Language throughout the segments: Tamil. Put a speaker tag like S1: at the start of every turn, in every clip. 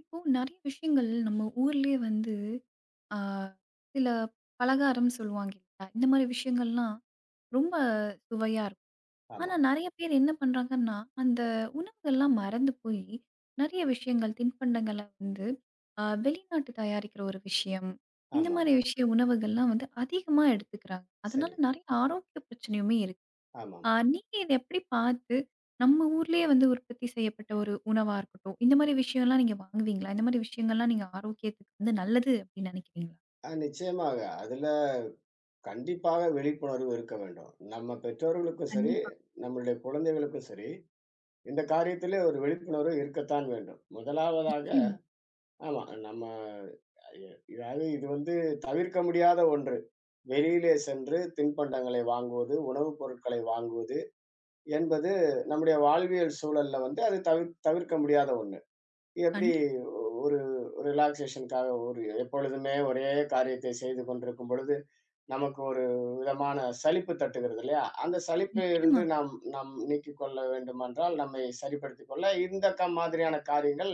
S1: இப்போ நெறைய விஷயங்கள் நம்ம ஊர்லயே வந்து ஆ சில பலகாரம் சொல்லுவாங்க இல்லையா? இந்த மாரி விஷயங்கள்லாம் ரொம்ப சுவையா இருக்கும்.
S2: ஆமா,
S1: ஆனா நெறைய பேர் என்ன பண்றாங்கன்னா, அந்த உணவுகள்லாம் மறந்து போய் நெறைய விஷயங்கள் தின்பண்டங்கள வந்து வெளிநாட்டு தயாரிக்கிற ஒரு விஷயம். இந்த
S2: ஆமா.
S1: மாரி விஷய உணவுகள்லாம் வந்து அதிகமா எடுத்துக்கிறாங்க. அதனால
S2: சரி.
S1: நெறைய ஆரோக்கிய பிரச்சனையுமே இருக்கு.
S2: ஆமாம்.
S1: நீங்க இத எப்படி பார்த்து, நம்ம ஊர்லயே வந்து உற்பத்தி செய்யப்பட்ட ஒரு உணவா இருக்கட்டும், இந்த மாரி விஷயம்லாம் நீங்க வாங்குவீங்களா? இந்த மாரி விஷயங்கள்லாம் நீங்க ஆரோக்கியத்துக்கு வந்து நல்லது அப்படின்னு நினைக்கிறீங்களா?
S2: நிச்சயமாக. அதுல கண்டிப்பாக விழிப்புணர்வு இருக்க வேண்டும். நம்ம பெற்றோர்களுக்கும் சரி,
S1: கண்டிப்பா.
S2: நம்மளுடைய குழந்தைகளுக்கும் சரி, இந்த காரியத்திலே ஒரு விழிப்புணர்வு இருக்கத்தான் வேண்டும். முதலாவதாக
S1: நிச்சயமா.
S2: ஆமா. நம்ம எ அதாவது இது வந்து தவிர்க்க முடியாத ஒன்று. வெளியிலே சென்று தின்பண்டங்களை வாங்குவது, உணவுப் பொருட்களை வாங்குவது என்பது நம்முடைய வாழ்வியல் சூழல்ல வந்து அது தவிர்க்க முடியாத ஒண்ணு. எப்படி
S1: கண்டிப்பா.
S2: ஒரு ரிலாக்சேஷனுக்காக ஒரு எப்பொழுதுமே ஒரே காரியத்தை செய்து கொண்டிருக்கும் பொழுது, நமக்கு ஒரு விதமான சலிப்பு தட்டுகிறது இல்லையா? அந்த சலிப்பில் இருந்து
S1: நிச்சயமா.
S2: நாம் நாம் நீக்கிக் கொள்ள வேண்டுமென்றால், நம்மை சரிப்படுத்திக் கொள்ள இந்த மாதிரியான காரியங்கள்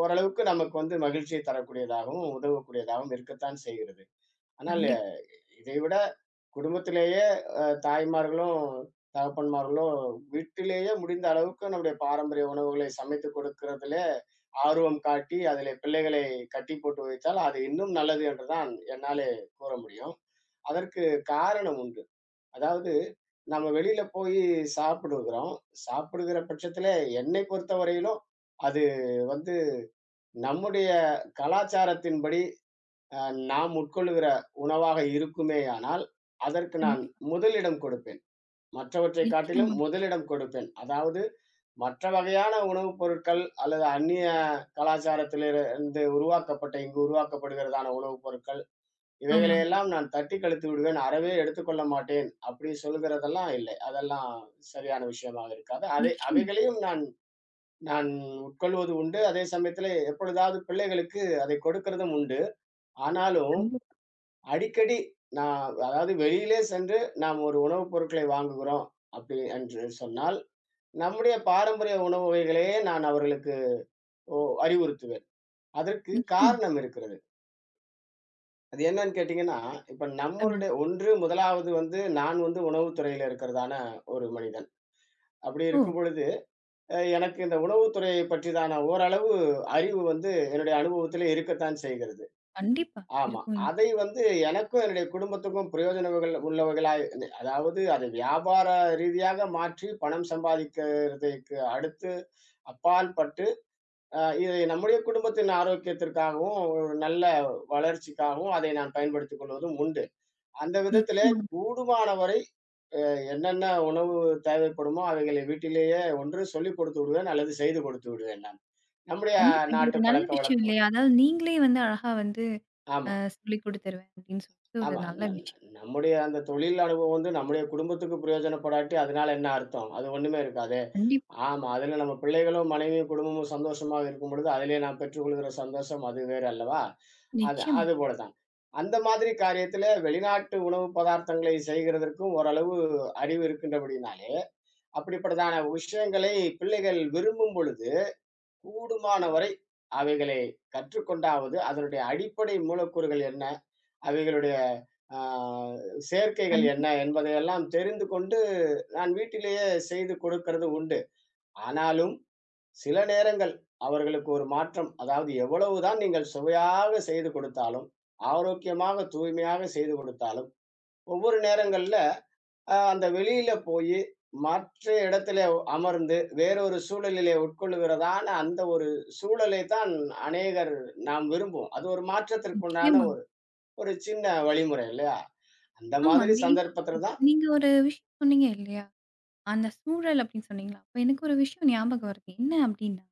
S2: ஓரளவுக்கு நமக்கு வந்து மகிழ்ச்சியை தரக்கூடியதாகவும், உதவக்கூடியதாகவும் இருக்கத்தான் செய்கிறது. ஆனால்
S1: கண்டிப்பா.
S2: இதை விட குடும்பத்திலேயே தாய்மார்களும், தகப்பன்மார்களும் வீட்டிலேயே முடிந்த அளவுக்கு நம்முடைய பாரம்பரிய உணவுகளை சமைத்துக் கொடுக்கிறதிலே ஆர்வம் காட்டி, அதிலே பிள்ளைகளை கட்டி போட்டு வைத்தால், அது இன்னும் நல்லது என்றுதான் என்னாலே கூற முடியும். அதற்கு காரணம் உண்டு. அதாவது நம்ம வெளியில போயி சாப்பிடுகிறோம். சாப்பிடுகிற பட்சத்திலே என்னை பொறுத்தவரையிலும், அது வந்து நம்முடைய கலாச்சாரத்தின்படி அ நாம் உட்கொள்ளுகிற உணவாக இருக்குமேயானால், அதற்கு நான்
S1: கண்டிப்பா.
S2: முதலிடம் கொடுப்பேன். மற்றவற்றைக் காட்டிலும்
S1: நிச்சயமா.
S2: முதலிடம் கொடுப்பேன். அதாவது மற்ற வகையான உணவுப் பொருட்கள் அல்லது அந்நிய கலாச்சாரத்திலிருந்து உருவாக்கப்பட்ட இங்கு உருவாக்கப்படுகிறதான உணவுப் பொருட்கள்,
S1: ஆமாங்க.
S2: இவைகளையெல்லாம் நான் தட்டிக் கழித்து விடுவேன். அறவே எடுத்துக்கொள்ள மாட்டேன். அப்படி சொல்லுகிறதெல்லாம் இல்லை. அதெல்லாம் சரியான விஷயமாக இருக்காது. அதை
S1: நிச்சயமா.
S2: அவைகளையும் நான் நான் உட்கொள்வது உண்டு. அதே சமயத்திலே எப்பொழுதாவது பிள்ளைகளுக்கு அதைக் கொடுக்கிறதும் உண்டு. ஆனாலும்
S1: கண்டிப்பா.
S2: அடிக்கடி நான் அதாவது வெளியிலே சென்று நாம் ஒரு உணவுப் பொருட்களை வாங்குகிறோம் அப்படி என்று சொன்னால், நம்முடைய பாரம்பரிய உணவு வகைகளையே நான் அவர்களுக்கு அறிவுறுத்துவேன். அதற்கு
S1: நிச்சயமா.
S2: காரணம் இருக்கிறது. அது என்னன்னு கேட்டீங்கன்னா, இப்ப நம்மளுடைய
S1: கண்டிப்பா.
S2: ஒன்று முதலாவது வந்து நான் வந்து உணவுத் துறையில இருக்கிறதான ஒரு மனிதன். அப்படி
S1: ஓ!
S2: இருக்கும் பொழுது, எனக்கு இந்த உணவுத் துறையைப் பற்றிதான ஓரளவு அறிவு வந்து என்னுடைய அனுபவத்திலே இருக்கத்தான் செய்கிறது.
S1: கண்டிப்பா.
S2: ஆமா.
S1: இருக்கும்
S2: அதை
S1: இல்லையா?
S2: வந்து எனக்கும், என்னுடைய குடும்பத்துக்கும் பிரயோஜனங்கள் உள்ளவைகளாய் அதாவது அதை வியாபார ரீதியாக மாற்றி பணம் சம்பாதிக்கிறதுக்கு அடுத்து அப்பால் பட்டு, இதை நம்முடைய குடும்பத்தின் ஆரோக்கியத்திற்காகவும், ஒரு நல்ல வளர்ச்சிக்காகவும் அதை நான் பயன்படுத்திக் கொள்வதும் உண்டு. அந்த விதத்திலே
S1: நிச்சயமா.
S2: கூடுமானவரை என்னென்ன உணவு தேவைப்படுமோ, அவைகளை வீட்டிலேயே ஒன்று சொல்லிக் கொடுத்து விடுவேன் அல்லது செய்து கொடுத்து விடுவேன் நான். நம்முடைய
S1: கண்டிப்பா. இது
S2: நாட்டு
S1: ஒரு நல்ல விஷயம்
S2: பழக்கவழக்கம்.
S1: இல்லையா? அதாவது நீங்களே வந்து அழகா வந்து
S2: ஆமா.
S1: சொல்லிக் குடுத்துருவேன் அப்படின்னு சொல்லிட்டு ஒரு
S2: ஆமா.
S1: நல்ல
S2: ந ந
S1: விஷயம்.
S2: நம்முடைய அந்த தொழில் அனுபவம் வந்து நம்முடைய குடும்பத்துக்கு பிரயோஜனப்படாட்டி, அதனால என்ன அர்த்தம்? அது ஒண்ணுமே இருக்காதே!
S1: கண்டிப்பா.
S2: ஆமா. அதுல நம்ம பிள்ளைகளும், மனைவியும், குடும்பமும் சந்தோஷமாக இருக்கும் பொழுது, அதிலே நாம் பெற்றுக்கொள்கிற சந்தோஷம் அது வேறு அல்லவா? அது
S1: நிச்சயமா.
S2: அதுபோல தான். அந்த மாதிரி காரியத்தில வெளிநாட்டு உணவு பதார்த்தங்களை செய்கிறதற்கும் ஓரளவு அறிவு இருக்கின்றபடியினாலே, அப்படிப்பட்டதான விஷயங்களை பிள்ளைகள் விரும்பும் பொழுது, கூடுமான வரை அவைகளை கற்றுக்கொண்டாவது, அதனுடைய அடிப்படை மூலக்கூறுகள் என்ன? அவைகளுடைய ஆ சேர்க்கைகள் என்ன
S1: கண்டிப்பா.
S2: என்பதையெல்லாம் தெரிந்து கொண்டு, நான் வீட்டிலேயே செய்து கொடுக்கிறது உண்டு. ஆனாலும் சில நேரங்கள் அவர்களுக்கு ஒரு மாற்றம், அதாவது எவ்வளவுதான் நீங்கள் சுவையாக செய்து கொடுத்தாலும், ஆரோக்கியமாக, தூய்மையாக செய்து கொடுத்தாலும், ஒவ்வொரு நேரங்கள்ல அந்த வெளியில போயி மற்ற இடத்துல அமர்ந்து வேறொரு சூழலிலே உட்கொள்ளுகிறதான அந்த ஒரு சூழலை தான் அநேகர் நாம் விரும்புவோம். அது ஒரு மாற்றத்திற்குண்டான
S1: நிச்சயமா.
S2: ஒரு ஒரு சின்ன வழிமுறை இல்லையா? அந்த மாதிரி
S1: ஆமாங்க. இப்போ
S2: சந்தர்ப்பத்துல தான்
S1: நீங்க ஒரு விஷயம் சொன்னீங்க இல்லையா? அந்த சூழல் அப்படின்னு சொன்னீங்களா? அப்ப எனக்கு ஒரு விஷயம் ஞாபகம் வருது. என்ன அப்படின்னா,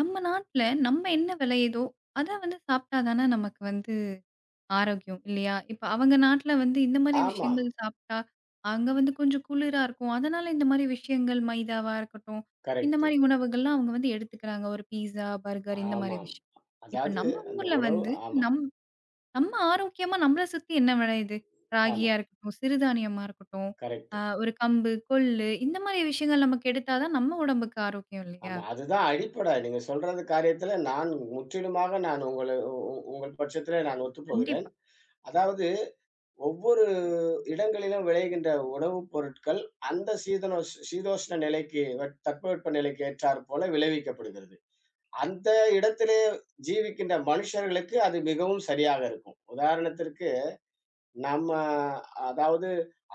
S1: நம்ம நாட்ல நம்ம என்ன விளையுதோ, அத வந்து சாப்பிட்டா தானே நமக்கு வந்து ஆரோக்கியம் இல்லையா? இப்ப அவங்க நாட்ல வந்து இந்த மாரி
S2: ஆமாம்.
S1: விஷயங்கள் சாப்பிட்டா, அங்க வந்து கொஞ்சம் குளிரா இருக்கும். அதனால இந்த மாரி விஷயங்கள் மைதாவா இருக்கட்டும், இந்த
S2: கரெக்ட்டு.
S1: மாரி உணவுகள்லாம் அவங்க வந்து எடுத்துக்கிறாங்க. ஒரு பீஸா, பர்கர் இந்த மாரி
S2: ஆமாம்.
S1: விஷயம். இப்ப
S2: அதாவது
S1: நம்ம
S2: அந்த
S1: ஊர்ல
S2: உணவு
S1: வந்து
S2: ஆமா,
S1: நம் நம்ம ஆரோக்கியமா நம்மள சுத்தி என்ன விளையுது?
S2: ஆமா.
S1: ராகியா இருக்கட்டும், சிறுதானியமா இருக்கட்டும்,
S2: கரெக்ட்டு.
S1: ஒரு கம்பு, கொள்ளு இந்த மாரி விஷயங்கள் நமக்கு எடுத்தா தான் நம்ம உடம்புக்கு ஆரோக்கியம் இல்லையா?
S2: ஆமா. அதுதான் அடிப்படை. நீங்க சொல்றது காரியத்துல நான் முற்றிலுமாக நான் உங்கள உ உ உங்கள் பட்சத்திலே நான் ஒத்துப்போகிறேன்.
S1: கண்டிப்பா.
S2: அதாவது ஒவ்வொரு இடங்களிலும் விளைகின்ற உணவுப் பொருட்கள் அந்த சீதோஷ்ண நிலைக்கு தட்பவெட்ப நிலைக்கு ஏற்றாற்போல விளைவிக்கப்படுகிறது. அந்த இடத்திலே ஜீவிக்கின்ற மனுஷர்களுக்கு அது மிகவும் சரியாக இருக்கும். உதாரணத்திற்கு நம்ம அதாவது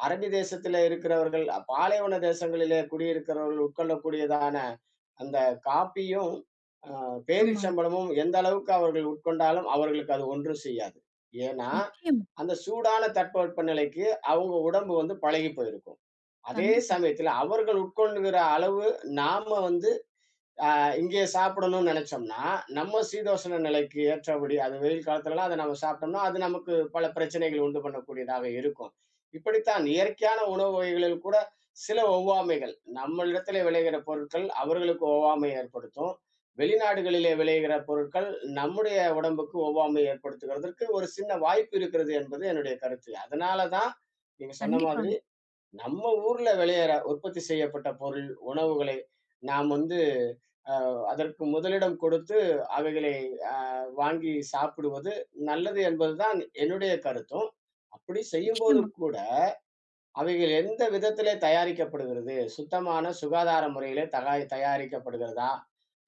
S2: அரபி தேசத்திலே இருக்கிறவர்கள், பாலைவன தேசங்களிலே குடியிருக்கிறவர்கள் உட்கொள்ளக்கூடியதான அந்த காப்பியும், அ
S1: ஆமாங்க.
S2: பேரிச்சம்பழமும் எந்த அளவுக்கு அவர்கள் உட்கொண்டாலும் அவர்களுக்கு அது ஒன்றும் செய்யாது. ஏன்னா,
S1: நிச்சயமா.
S2: அந்த சூடான தட்பவெப்பநிலைக்கு அவங்க உடம்பு வந்து பழகிப் போயிருக்கும். அதே
S1: கண்டிப்பா.
S2: சமயத்தில அவர்கள் உட்கொள்ளுகிற அளவு நாம வந்து ஆ இங்கேயே சாப்பிடணும்னு நெனச்சோம்னா, நம்ம சீதோஷண நிலைக்கு ஏற்றபடி அது வெயில் காலத்துலலாம் அத நம்ம சாப்பிட்டோம்னா, அது நமக்கு பல பிரச்சனைகள் உண்டு பண்ணக்கூடியதாக இருக்கும். இப்படித்தான் இயற்கையான உணவு வகைகளில் கூட சில ஒவ்வாமைகள், நம்மளிடத்திலே விளைகிற பொருட்கள் அவர்களுக்கு ஒவ்வாமை ஏற்படுத்தும். வெளிநாடுகளிலே விளைகிற பொருட்கள் நம்முடைய உடம்புக்கு ஒவ்வாமை ஏற்படுத்துகிறதற்கு ஒரு சின்ன வாய்ப்பு இருக்கிறது என்பது என்னுடைய கருத்து. அதனால தான் நீங்க சொன்ன மாதிரி
S1: கண்டிப்பாங்க.
S2: நம்ம ஊர்ல விளையிற உற்பத்தி செய்யப்பட்ட பொருள், உணவுகளை நாம் வந்து அ அதற்கு முதலிடம் கொடுத்து அவைகளை அ வாங்கி சாப்பிடுவது நல்லது என்பதுதான் என்னுடைய கருத்தும். அப்படி செய்யும்போது
S1: நிச்சயமா.
S2: கூட, அவைகள் எந்த விதத்திலே தயாரிக்கப்படுகிறது? சுத்தமான சுகாதார முறையிலே தயாரிக்கப்படுகிறதா?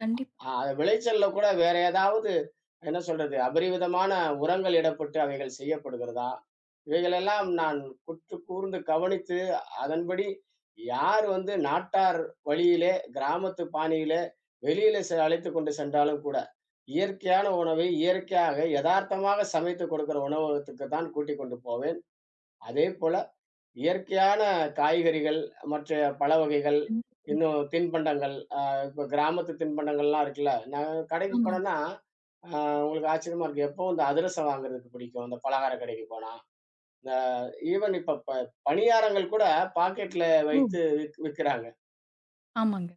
S1: கண்டிப்பா.
S2: ஆ விளைச்சல்ல கூட வேற ஏதாவது என்ன சொல்றது? அபரிவிதமான உரங்கள் இடப்பட்டு அவைகள் செய்யப்படுகிறதா? இவைகளெல்லாம் நான் உற்று கூர்ந்து கவனித்து, அதன்படி யார் வந்து நாட்டார் வழியிலே, கிராமத்து பாணியிலே, வெளியில அழைத்துக் கொண்டு சென்றாலும் கூட, இயற்கையான உணவை, இயற்கையாக எதார்த்தமாக சமைத்துக் கொடுக்கிற உணவகத்துக்கு தான் கூட்டிக் கொண்டு போவேன். அதேபோல இயற்கையான காய்கறிகள், மற்ற பழ வகைகள்,
S1: கண்டிப்பாங்க.
S2: இன்னும் தின்பண்டங்கள், இப்ப கிராமத்து தின்பண்டங்கள்லாம் இருக்குல்ல. நான் கடைக்கு
S1: ஆமாங்க.
S2: போனேன்னா, அ உங்களுக்கு ஆச்சரியமா இருக்கும். எப்பவும் இந்த அதிரசம் வாங்குறதுக்கு பிடிக்கும். இந்த பலகார கடைக்கு போனா. இந்த ஈவன் இப்ப பணியாரங்கள் கூட பாக்கெட்ல
S1: ஓ!
S2: வைத்து விக்கிறாங்க.
S1: ஆமாங்க.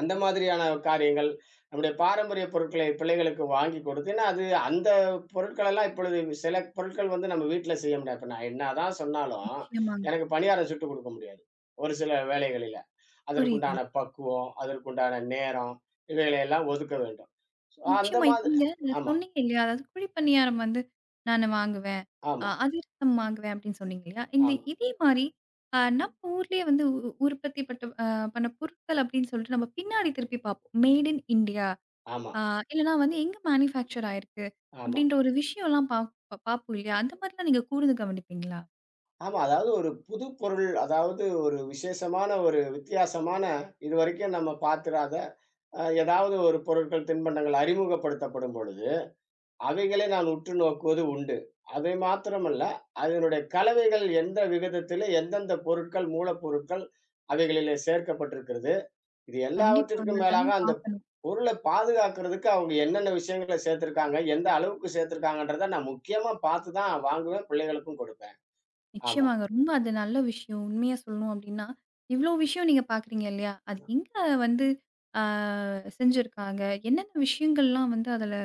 S2: அந்த மாதிரியான காரியங்கள், நம்முடைய பாரம்பரிய பொருட்களை பிள்ளைகளுக்கு வாங்கி கொடுத்து ஏன்னா, அது அந்த பொருட்கள் எல்லாம் இப்பொழுது சில பொருட்கள் வந்து நம்ம வீட்ல செய்ய முடியாது. இப்ப நான் என்னதான் சொன்னாலும்,
S1: நிச்சயமாங்க.
S2: எனக்கு பணியாரம் சுட்டு குடுக்க முடியாது. ஒரு சில வேளைகளில.
S1: புரியுதுங்க.
S2: அதற்குண்டான பக்குவம், அதற்குண்டான நேரம் இவைகளை எல்லாம் ஒதுக்க வேண்டும். சோ அந்த
S1: நிச்சயமா. இப்ப
S2: மாதிரி
S1: நீங்க
S2: ஆமா,
S1: சொன்னீங்க இல்லையா? அதாவது குழி பணியாரம் வந்து நானு வாங்குவேன்.
S2: ஆமா,
S1: அதிரசம் வாங்குவேன் அப்படின்னு சொன்னீங்க இல்லையா? இந்த
S2: ஆமா,
S1: இதே மாரி நம்ம ஊர்லயே வந்து உற்பத்தி பட்ட பண்ண பொருட்கள் அப்படின்னு சொல்லிட்டு நம்ம பின்னாடி திருப்பி பார்ப்போம். மேட் இன் இண்டியா
S2: ஆமா,
S1: அ இல்லன்னா வந்து எங்க மேனுஃபேக்சர் ஆயிருக்கு?
S2: ஆமா,
S1: அப்படின்ற ஒரு விஷயம்லாம் பார்ப்போம் இல்லையா? அந்த மாரிலாம் நீங்க கூர்ந்து கவனிப்பீங்களா?
S2: ஆமா. அதாவது ஒரு புது பொருள், அதாவது ஒரு விசேஷமான ஒரு வித்தியாசமான இதுவரைக்கும் நம்ம பாத்திராத ஏதாவது ஒரு பொருட்கள், தின்பண்டங்கள் அறிமுகப்படுத்தப்படும் பொழுது, அவைகளை நான் உற்று நோக்குவது உண்டு. அதை மாத்திரமல்ல, அதனுடைய கலவைகள் எந்த விகிதத்திலே எந்தெந்த பொருட்கள், மூலப்பொருட்கள் அவைகளிலே சேர்க்கப்பட்டிருக்கிறது. இது
S1: கண்டிப்பாங்க.
S2: எல்லாவற்றிற்கும் மேலாக
S1: அதெல்லாம்
S2: அந்த
S1: பார்க்கணும்.
S2: பொருள பாதுகாக்கிறதுக்கு அவங்க என்னென்ன விஷயங்கள சேர்த்திருக்காங்க, எந்த அளவுக்கு சேர்த்திருக்காங்கன்றத நான் முக்கியமா பார்த்து தான் வாங்குவேன், பிள்ளைகளுக்கும் கொடுப்பேன். ஆமா.
S1: நிச்சயமாங்க. ரொம்ப அது நல்ல விஷயம். உண்மையா சொல்லணும் அப்டின்னா, இவ்ளோ விஷயம் நீங்க பார்க்குறீங்க இல்லையா? அது எங்க வந்து ஆ செஞ்சிருக்காங்க? என்னென்ன விஷயங்கள்லாம் வந்து அதுல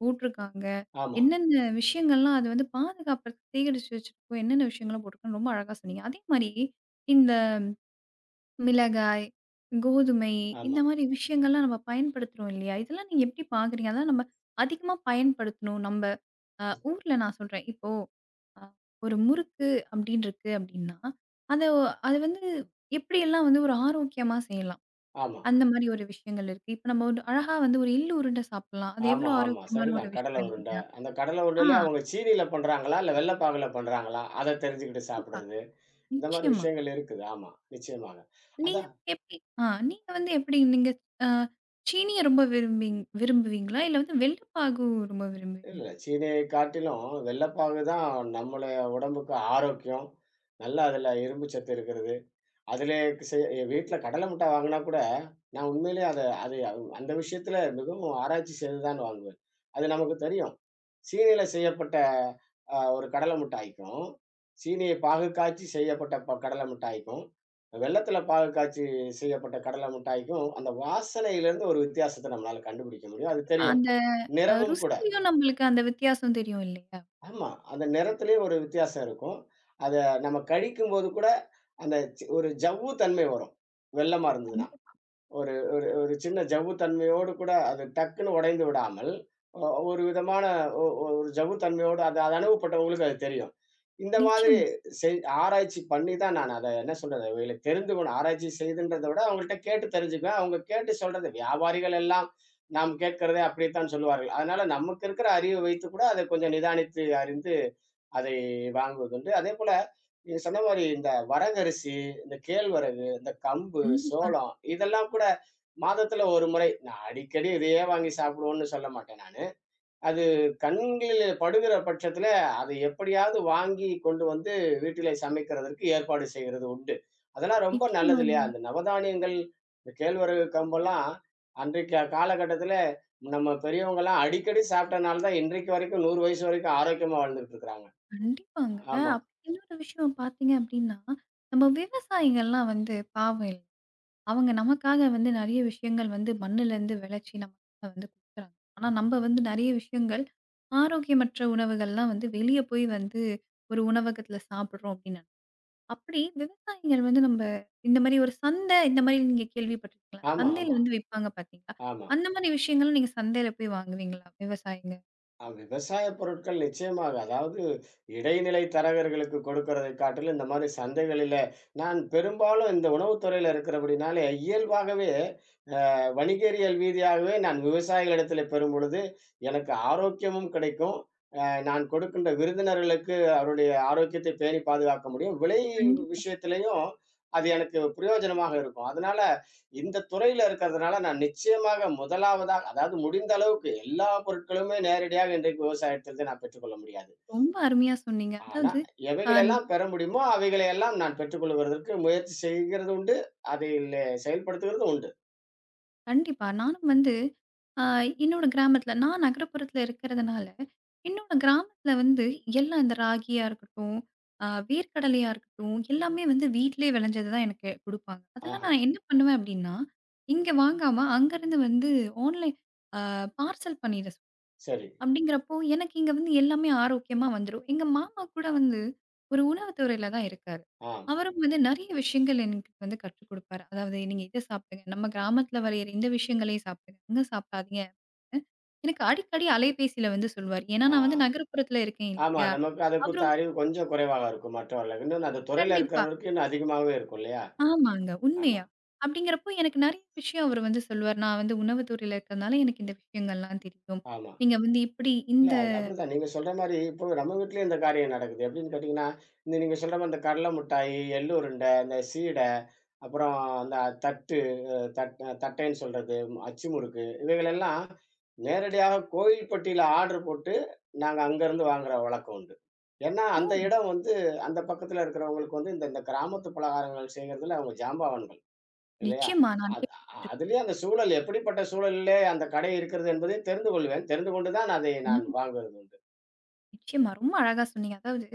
S1: போட்ருக்காங்க?
S2: ஆமா,
S1: என்னென்ன விஷயங்கள்லாம் அது வந்து பாதுகாப்பதற்கு சேகரிச்சு வச்சிருக்கோ? என்னென்ன விஷயங்கள்லாம் போட்ருக்கோன்னு ரொம்ப அழகா சொன்னீங்க. அதே மாரி இந்த மிளகாய், கோதுமை இந்த
S2: ஆமா,
S1: மாரி விஷயங்கள்லாம் நம்ம பயன்படுத்துறோம் இல்லையா? இதெல்லாம் நீங்க எப்டி பார்க்குறீங்க? அதெல்லாம் நம்ம அதிகமா பயன்படுத்தணும். நம்ப ஊர்ல நான் சொல்றேன். இப்போ அ ஒரு முறுக்கு அப்படின்னு இருக்கு அப்படின்னா, அத அது வந்து எப்படியெல்லாம் வந்து ஒரு ஆரோக்கியமா செய்யலாம்.
S2: ஆமா.
S1: அந்த மாரி ஒரு விஷயங்கள் இருக்கு. இப்ப நம்ம ஒரு அழகா வந்து ஒரு எள்ளு உருண்ட சாப்பிடலாம். அது
S2: ஆமா,
S1: எவ்வளோ
S2: ஆமா.
S1: ஆரோக்கியமான ஒரு
S2: சரிதான். கடலை
S1: விஷயம்
S2: உருண்டை.
S1: இல்லையா?
S2: அந்த கடலை
S1: ஆ
S2: உருண்டையில அவங்க சீனில பண்றாங்களா? இல்ல வெள்ளை பாகுல பண்றாங்களா? அத தெரிஞ்சுக்கிட்டு
S1: கண்டிப்பா,
S2: சாப்பிடுறது. இந்த மாரி
S1: நிச்சயமா.
S2: விஷயங்கள் இருக்குது. ஆமா, நிச்சயமாக.
S1: நீங்க
S2: அதான்
S1: வந்து எப்படி நீங்க வந்து எப்படி நீங்க அ சீனிய ரொம்ப விரும்புவீங்களா? இல்ல வந்து வெல்லப்பாகு ரொம்ப
S2: இல்ல,
S1: விரும்புவீங்களா?
S2: இல்ல, சீனியை காட்டிலும் வெள்ளை பாகு தான் நம்மள உடம்புக்கு ஆரோக்கியம். நல்லா அதுல இரும்பு சத்து இருக்கிறது. அதில வீட்ல கடல மிட்டாய் வாங்குனா கூட, நான் உண்மையிலேயே அத அது அது- அந்த விஷயத்துல மிகவும் ஆராய்ச்சி செய்து தான் வாங்குவேன். அது நமக்கு தெரியும். சீனியில செய்யப்பட்ட ஒரு கடல மிட்டாய்க்கும், சீனிய பாகு காய்ச்சி செய்யப்பட்ட கடல மிட்டாய்க்கும், வெல்லத்தில பாகு காய்ச்சி செய்யப்பட்ட கடல மிட்டாய்க்கும், அந்த வாசனையிலிருந்து ஒரு வித்தியாசத்த நம்மளால கண்டுபிடிக்க முடியும். அது தெரியும்.
S1: அந்த
S2: நிறமும் கூட.
S1: ருசியிலயும் நம்மளுக்கு அந்த வித்தியாசம் தெரியும் இல்லையா?
S2: ஆமா. அந்த நிறத்திலேயே ஒரு வித்தியாசம் இருக்கும். அத நம்ம கழிக்கும்போது கூட அந்த ஒரு ஜவ்வு தன்மை வரும். வெல்லமா இருந்ததுனா.
S1: கண்டிப்
S2: ஒரு ஒரு ஒரு சின்ன ஜவ்வு தன்மையோடு கூட அது டக்குன்னு உடைந்து விடாமல், ஒ ஒரு விதமான ஒ ஒ- ஒரு ஜவ்வு தன்மையோடு அது அது அனுபவப்பட்டவங்களுக்கு அது தெரியும். இந்த மாதிரி
S1: நிச்சயம்.
S2: ஆராய்ச்சி பண்ணி தான் நான் அத என்ன சொல்றது, இவைகளுக்கு தெரிந்துக்கணும். ஆராய்ச்சி செய்துன்றத விட அவங்கள்ட்ட கேட்டு தெரிஞ்சுக்குவேன். அவங்க கேட்டு சொல்றது வியாபாரிகள் எல்லாம் நாம் கேட்கிறதே அப்படித்தான் சொல்லுவார்கள். அதனால நமக்கு இருக்கிற அறிவை வைத்து கூட அதை கொஞ்சம் நிதானித்து அறிந்து அதை வாங்குவதுண்டு. அதேபோல நீங்க சொன்ன மாரி இந்த வரகரிசி, இந்த கேழ்வரகு, இந்த கம்பு,
S1: கண்டிப்பா.
S2: சோளம் இதெல்லாம் கூட மாதத்துல ஒரு முறை. நான் அடிக்கடி இதையே வாங்கி சாப்பிடுவோம்னு சொல்ல மாட்டேன் நானு. அது கண்களில் படுகிற பட்சத்துல, அதை எப்படியாவது வாங்கி கொண்டு வந்து வீட்டிலே சமைக்கிறதற்கு ஏற்பாடு செய்கிறது உண்டு. அதெல்லாம் ரொம்ப நல்லது
S1: நிச்சயமாங்க.
S2: இல்லையா? அந்த நவதானியங்கள், இந்த கேழ்வரகு கம்பெல்லாம் அன்றைக்கு காலகட்டத்துல நம்ம பெரியவங்கலாம் அடிக்கடி சாப்பிட்டனால தான் இன்றைக்கு வரைக்கும் 100 வயசு வரைக்கும் ஆரோக்கியமா வாழ்ந்துட்டு இருக்காங்க.
S1: கண்டிப்பாங்க.
S2: ஆமா,
S1: அப்ப இன்னொரு விஷயம் பார்த்தீங்க அப்படின்னா, நம்ம விவசாயிகள்லாம் வந்து பாவம் இல்ல. அவங்க நமக்காக வந்து நெறைய விஷயங்கள் வந்து மண்ணுலேருந்து விளைச்சு நமக்கு வந்து குடுக்குறாங்க. ஆனா நம்ம வந்து நெறைய விஷயங்கள் ஆரோக்கியமற்ற உணவுகள்லாம் வந்து வெளிய போய் வந்து ஒரு உணவகத்துல சாப்பிடுறோம் அப்படின்னு அப்படி விவசாயிகள் வந்து நம்ம இந்த மாரி ஒரு சந்தை இந்த மாரி நீங்க கேள்விப்பட்டிருக்கீங்களா?
S2: ஆமா,
S1: சந்தையில
S2: ஆமா,
S1: வந்து விப்பாங்க பார்த்தீங்களா?
S2: ஆமா.
S1: அந்த மாரி விஷயங்களும் நீங்க சந்தையில போய் வாங்குவீங்களா விவசாயிங்க?
S2: விவசாய பொருட்கள் நிச்சயமாக. அதாவது இடைநிலை தரகர்களுக்கு கொடுக்கிறதை காட்டிலும், இந்த மாரி சந்தைகளில நான் பெரும்பாலும் இந்த உணவுத் துறையில இருக்கிறபடினாலே, இயல்பாகவே வணிகவியல் ரீதியாகவே நான் விவசாயிகளிடத்தில பெறும்பொழுது, எனக்கு ஆரோக்கியமும் கிடைக்கும். நான் கொடுக்கின்ற விருந்தினர்களுக்கு அவருடைய ஆரோக்கியத்தை பேணி பாதுகாக்க முடியும். விலை
S1: கண்டிப்பா.
S2: விஷயத்திலயும் அது எனக்கு பிரயோஜனமாக இருக்கும். அதனால இந்த துறையில இருக்கிறதுனால நான் நிச்சயமாக முதலாவதா அதாவது முடிந்த அளவுக்கு எல்லா பொருட்களுமே நேரடியாக இன்றைக்கு விவசாயத்திலிருந்து நான் பெற்றுக்கொள்ள முடியாது.
S1: ரொம்ப அருமையா சொன்னீங்க.
S2: ஆனா
S1: அதாவது அ
S2: எவைகளெல்லாம் பெற முடியுமோ அவைகளை எல்லாம் நான் பெற்றுக்கொள்வதற்கு முயற்சி செய்கிறது உண்டு. அதில் செயல்படுத்துகிறது உண்டு.
S1: கண்டிப்பா. நானும் வந்து அ என்னோட கிராமத்தில நான் நகரப்புறத்தில இருக்கிறதுனால, என்னோட கிராமத்தில வந்து எல்லாம் இந்த ராகியா இருக்கட்டும், வேர்க்கடலையா இருக்கட்டும், எல்லாமே வந்து வீட்டிலேயே விளைஞ்சது தான் எனக்கு குடுப்பாங்க. அதெல்லாம்
S2: ஆஹா!
S1: நான் என்ன பண்ணுவேன் அப்படின்னா, இங்க வாங்காம அங்கருந்து வந்து ஆன்லைன் பார்சல் பண்ணிட
S2: சரி.
S1: அப்படிங்கிறப்போ, எனக்கு இங்க வந்து எல்லாமே ஆரோக்கியமா வந்துரும். எங்க மாமா கூட வந்து ஒரு உணவு துறையில தான் இருக்காரு.
S2: ஆம்.
S1: அவரும் வந்து நெறைய விஷயங்கள் எனக்கு வந்து கற்றுக் குடுப்பாரு. அதாவது நீங்க இத சாப்பிடுங்க. நம்ம கிராமத்துல விளையிற இந்த விஷயங்களையும் சாப்பிடுங்க. இங்க சாப்பிடாதீங்க. அ எனக்கு அடிக்கடி அலைபேசியில வந்து சொல்லுவாரு. ஏன்னா
S2: ஆ.
S1: நான் வந்து நகரப்புறத்துல இருக்கேன்
S2: ஆமா.
S1: இல்லையா?
S2: நமக்கு அத குறித்த
S1: அவரும்
S2: அறிவு கொஞ்சம் குறைவாக இருக்கும் மற்றவர்களுக்கு. இன்னொன்னு அந்த துறையில
S1: கண்டிப்பா.
S2: இருக்கிறவருக்கு இன்னும் அதிகமாவே இருக்கும் இல்லையா?
S1: ஆமாங்க.
S2: ஆமா,
S1: உண்மையா. அப்படிங்கிறப்போ எனக்கு நெறைய விஷயம் அவரு வந்து சொல்லுவாரு. நான் வந்து உணவு துறையில இருக்கிறனால எனக்கு இந்த விஷயங்கள்லாம் தெரியும்.
S2: ஆமா.
S1: நீங்க வந்து இப்படி
S2: இல்ல
S1: இந்த
S2: அது அப்படித்தான். நீங்க சொல்ற மாரி இப்போ நம்ம வீட்லயும் இந்த காரியம் நடக்குது. எப்படின்னு கேட்டீங்கன்னா, இந்த நீங்க சொல்ற மாரி இந்த கடல மிட்டாய், எள்ளு உருண்டை, இந்த சீடை, அப்புறம் அந்த தட்டு அ தட் தட்டைன்னு சொல்றது, அச்சு முறுக்கு இவைகளெல்லாம் நேரடியாக கோயில்பட்டியில ஆர்டர் போட்டு, நாங்க அங்கருந்து வாங்குற வழக்கம் உண்டு. ஏன்னா,
S1: ஓ!
S2: அந்த இடம் வந்து அந்த பக்கத்துல இருக்கிறவங்களுக்கு வந்து இந்த இந்த கிராமத்து பலகாரங்கள் செய்யறதுல அவங்க ஜாம்பவான்கள். இல்லையா?
S1: நிச்சயமா நான்
S2: அத்
S1: கேள்விப்பட்டிருக்கேன்.
S2: அதிலயும் அந்த சூழல் எப்படிப்பட்ட சூழலிலே அந்த கடை இருக்கிறது என்பதையும் தெரிந்து கொள்வேன். தெரிந்து கொண்டு தான் அதை நான்
S1: கண்டிப்பா.
S2: வாங்குவது உண்டு.
S1: நிச்சயமா. ரொம்ப அழகா சொன்னீங்க. அதாவது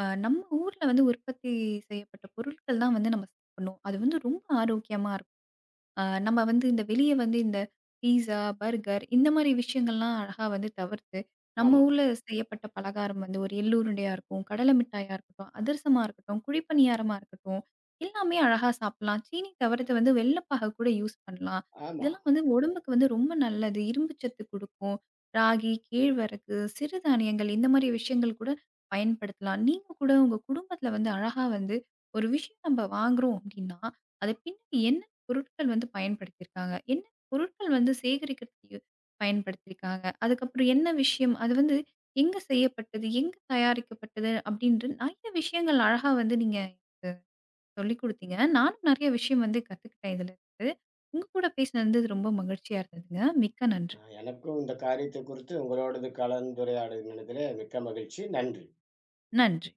S1: நம்ம ஊர்ல வந்து உற்பத்தி செய்யப்பட்ட பொருட்கள் தான் வந்து நம்ம சாப்பிடணும். அது வந்து ரொம்ப ஆரோக்கியமா நம்ம வந்து இந்த வெளிய வந்து இந்த பீஸா, பர்கர் இந்த மாரி விஷயங்கள்லாம் அழகா வந்து தவிர்த்து, நம்ம
S2: ஆமா,
S1: ஊர்ல செய்யப்பட்ட பலகாரம் வந்து ஒரு எள்ளு உருண்டையா இருக்கும், கடலை மிட்டாயா இருக்கட்டும், அதிரசமா இருக்கட்டும், குழிப்பணியாரமா இருக்கட்டும், எல்லாமே அழகா சாப்பிடலாம். சீனி தவிர்த்து வந்து வெல்லப்பாகு கூட யூஸ் பண்ணலாம்.
S2: ஆமா.
S1: இதெல்லாம் வந்து உடம்புக்கு வந்து ரொம்ப நல்லது. இரும்பு சத்து குடுக்கும். ராகி, கேழ்வரகு, சிறுதானியங்கள் இந்த மாரி விஷயங்கள் கூட பயன்படுத்தலாம். நீங்க கூட உங்க குடும்பத்தில வந்து அழகா வந்து ஒரு விஷயம் நம்ம வாங்குறோம் அப்டின்னா, அது பின்னாடி என்ன பொருட்கள் வந்து பயன்படுத்தியிருக்காங்க. என்ன பொருட்கள் வந்து சேகரிக்கிறதுக்கு பயன்படுத்தியிருக்காங்க? அதுக்கப்புறம் என்ன விஷயம்? அது வந்து எங்க செய்யப்பட்டது? எங்க தயாரிக்கப்பட்டது? அப்படின்ட்டு நெறைய விஷயங்கள் அழகா வந்து நீங்க சொல்லிக் குடுத்தீங்க. நானும் நெறைய விஷயம் வந்து கத்துக்கிட்டேன் இதுலருந்து. உங்க கூட பேசினது வந்து ரொம்ப மகிழ்ச்சியா இருந்ததுங்க. மிக்க நன்றி.
S2: எனக்கும் இந்த காரியத்தை குறித்து உங்களோடது கலந்துரையாடுனதிலே மிக்க மகிழ்ச்சி. நன்றி.
S1: நன்றி.